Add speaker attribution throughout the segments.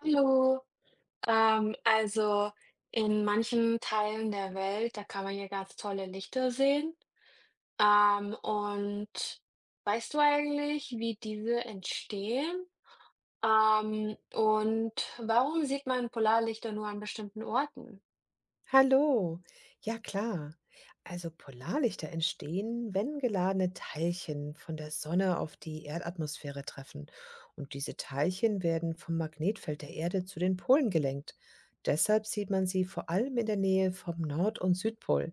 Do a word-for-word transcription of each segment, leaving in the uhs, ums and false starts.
Speaker 1: Hallo. Ähm, also in manchen Teilen der Welt, da kann man ja ganz tolle Lichter sehen. Ähm, und weißt du eigentlich, wie diese entstehen? Ähm, und warum sieht man Polarlichter nur an bestimmten Orten?
Speaker 2: Hallo. Ja klar. Also Polarlichter entstehen, wenn geladene Teilchen von der Sonne auf die Erdatmosphäre treffen. Und diese Teilchen werden vom Magnetfeld der Erde zu den Polen gelenkt. Deshalb sieht man sie vor allem in der Nähe vom Nord- und Südpol.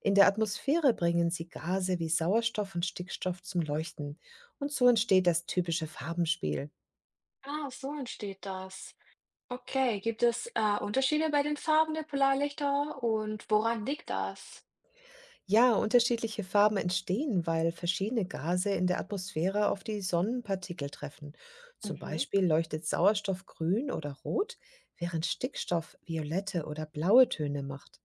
Speaker 2: In der Atmosphäre bringen sie Gase wie Sauerstoff und Stickstoff zum Leuchten. Und so entsteht das typische Farbenspiel.
Speaker 1: Ah, so entsteht das. Okay, gibt es äh, Unterschiede bei den Farben der Polarlichter und woran liegt das?
Speaker 2: Ja, unterschiedliche Farben entstehen, weil verschiedene Gase in der Atmosphäre auf die Sonnenpartikel treffen. Zum
Speaker 1: Mhm.
Speaker 2: Beispiel leuchtet Sauerstoff grün oder rot, während Stickstoff violette oder blaue Töne macht.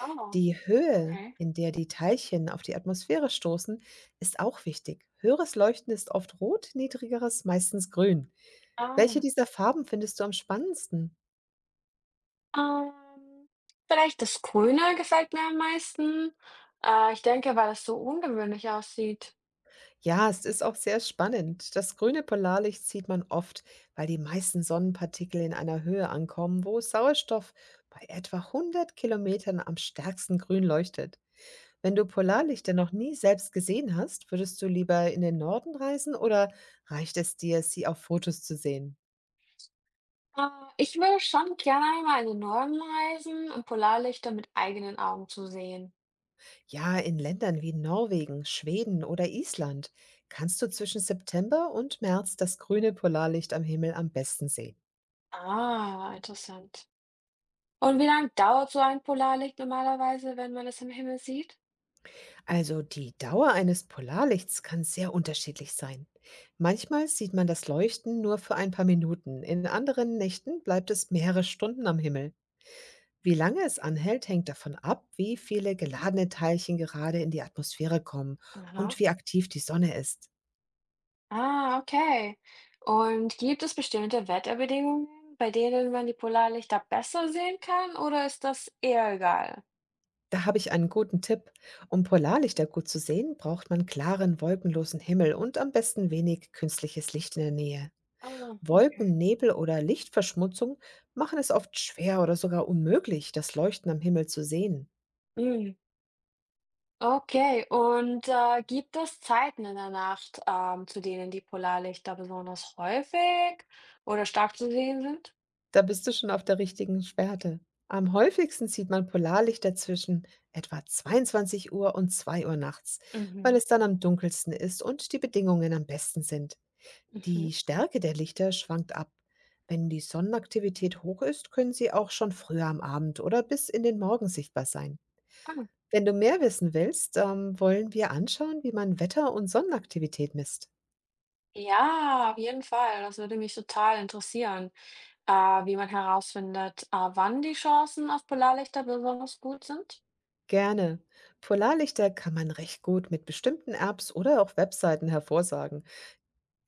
Speaker 1: Oh,
Speaker 2: Die Höhe,
Speaker 1: okay.
Speaker 2: in der die Teilchen auf die Atmosphäre stoßen, ist auch wichtig. Höheres Leuchten ist oft rot, niedrigeres meistens grün.
Speaker 1: Ah.
Speaker 2: Welche dieser Farben findest du am spannendsten?
Speaker 1: Ähm, Vielleicht das Grüne gefällt mir am meisten. Äh, ich denke, weil es so ungewöhnlich aussieht.
Speaker 2: Ja, es ist auch sehr spannend. Das grüne Polarlicht sieht man oft, weil die meisten Sonnenpartikel in einer Höhe ankommen, wo Sauerstoff bei etwa hundert Kilometern am stärksten grün leuchtet. Wenn du Polarlichter noch nie selbst gesehen hast, würdest du lieber in den Norden reisen oder reicht es dir, sie auf Fotos zu sehen?
Speaker 1: Äh, Ich würde schon gerne einmal in den Norden reisen, um Polarlichter mit eigenen Augen zu sehen.
Speaker 2: Ja, in Ländern wie Norwegen, Schweden oder Island kannst du zwischen September und März das grüne Polarlicht am Himmel am besten sehen.
Speaker 1: Ah, interessant. Und wie lange dauert so ein Polarlicht normalerweise, wenn man es im Himmel sieht?
Speaker 2: Also die Dauer eines Polarlichts kann sehr unterschiedlich sein. Manchmal sieht man das Leuchten nur für ein paar Minuten, in anderen Nächten bleibt es mehrere Stunden am Himmel. Wie lange es anhält, hängt davon ab, wie viele geladene Teilchen gerade in die Atmosphäre kommen
Speaker 1: Aha.
Speaker 2: und wie aktiv die Sonne ist.
Speaker 1: Ah, okay. Und gibt es bestimmte Wetterbedingungen, bei denen man die Polarlichter besser sehen kann, oder ist das eher egal?
Speaker 2: Da habe ich einen guten Tipp. Um Polarlichter gut zu sehen, braucht man klaren, wolkenlosen Himmel und am besten wenig künstliches Licht in der Nähe.
Speaker 1: Ah,
Speaker 2: Wolken, Nebel oder Lichtverschmutzung machen es oft schwer oder sogar unmöglich, das Leuchten am Himmel zu sehen.
Speaker 1: okay. Okay, und, äh, gibt es Zeiten in der Nacht, ähm, zu denen die Polarlichter besonders häufig oder stark zu sehen sind?
Speaker 2: Da bist du schon auf der richtigen Fährte. Am häufigsten sieht man Polarlichter zwischen etwa zweiundzwanzig Uhr und zwei Uhr nachts, weil
Speaker 1: Mhm,
Speaker 2: es dann am dunkelsten ist und die Bedingungen am besten sind.
Speaker 1: mhm.
Speaker 2: Die Stärke der Lichter schwankt ab. Wenn die Sonnenaktivität hoch ist, können sie auch schon früher am Abend oder bis in den Morgen sichtbar sein.
Speaker 1: Ah,
Speaker 2: Wenn du mehr wissen willst, ähm, wollen wir anschauen, wie man Wetter- und Sonnenaktivität misst.
Speaker 1: ja, auf jeden Fall. Das würde mich total interessieren, äh, wie man herausfindet, äh, wann die Chancen auf Polarlichter besonders gut sind.
Speaker 2: Gerne. Polarlichter kann man recht gut mit bestimmten Apps oder auch Webseiten hervorsagen,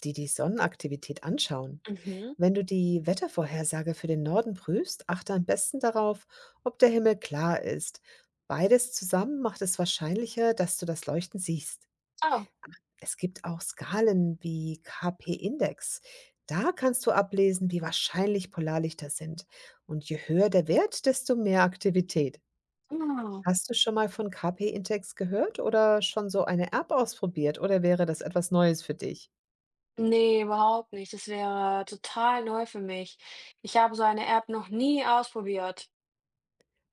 Speaker 2: die die Sonnenaktivität anschauen.
Speaker 1: Mhm.
Speaker 2: Wenn du die Wettervorhersage für den Norden prüfst, achte am besten darauf, ob der Himmel klar ist. Beides zusammen macht es wahrscheinlicher, dass du das Leuchten siehst.
Speaker 1: Oh.
Speaker 2: Es gibt auch Skalen wie K P-Index. Da kannst du ablesen, wie wahrscheinlich Polarlichter sind. Und je höher der Wert, desto mehr Aktivität.
Speaker 1: Ah.
Speaker 2: Hast du schon mal von K P-Index gehört oder schon so eine App ausprobiert oder wäre das etwas Neues für dich?
Speaker 1: Nee, überhaupt nicht. Das wäre total neu für mich. Ich habe so eine App noch nie ausprobiert.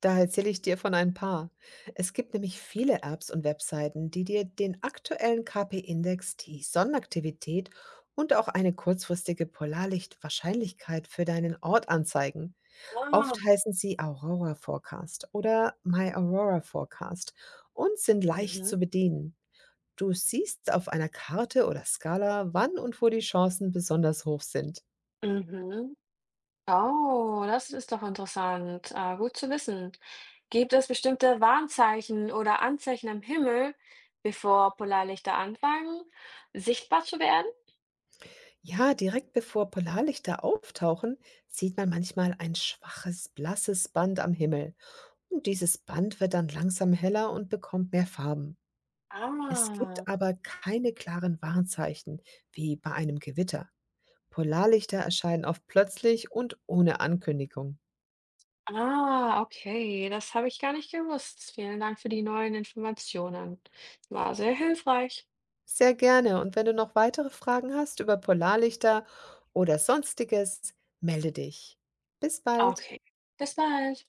Speaker 2: Da erzähle ich dir von ein paar. Es gibt nämlich viele Apps und Webseiten, die dir den aktuellen K P-Index, die Sonnenaktivität und auch eine kurzfristige Polarlichtwahrscheinlichkeit für deinen Ort anzeigen.
Speaker 1: Ah.
Speaker 2: Oft heißen sie Aurora Forecast oder My Aurora Forecast und sind leicht
Speaker 1: Mhm.
Speaker 2: zu bedienen. Du siehst auf einer Karte oder Skala, wann und wo die Chancen besonders hoch sind.
Speaker 1: Mhm. Oh, das ist doch interessant. Ah, gut zu wissen. Gibt es bestimmte Warnzeichen oder Anzeichen am Himmel, bevor Polarlichter anfangen, sichtbar zu werden?
Speaker 2: Ja, direkt bevor Polarlichter auftauchen, sieht man manchmal ein schwaches, blasses Band am Himmel. Und dieses Band wird dann langsam heller und bekommt mehr Farben. Es
Speaker 1: Ah,
Speaker 2: gibt aber keine klaren Warnzeichen, wie bei einem Gewitter. Polarlichter erscheinen oft plötzlich und ohne Ankündigung.
Speaker 1: ah, okay. Das habe ich gar nicht gewusst. Vielen Dank für die neuen Informationen. War sehr hilfreich.
Speaker 2: Sehr gerne. Und wenn du noch weitere Fragen hast über Polarlichter oder sonstiges, melde dich. Bis bald.
Speaker 1: Okay, bis bald.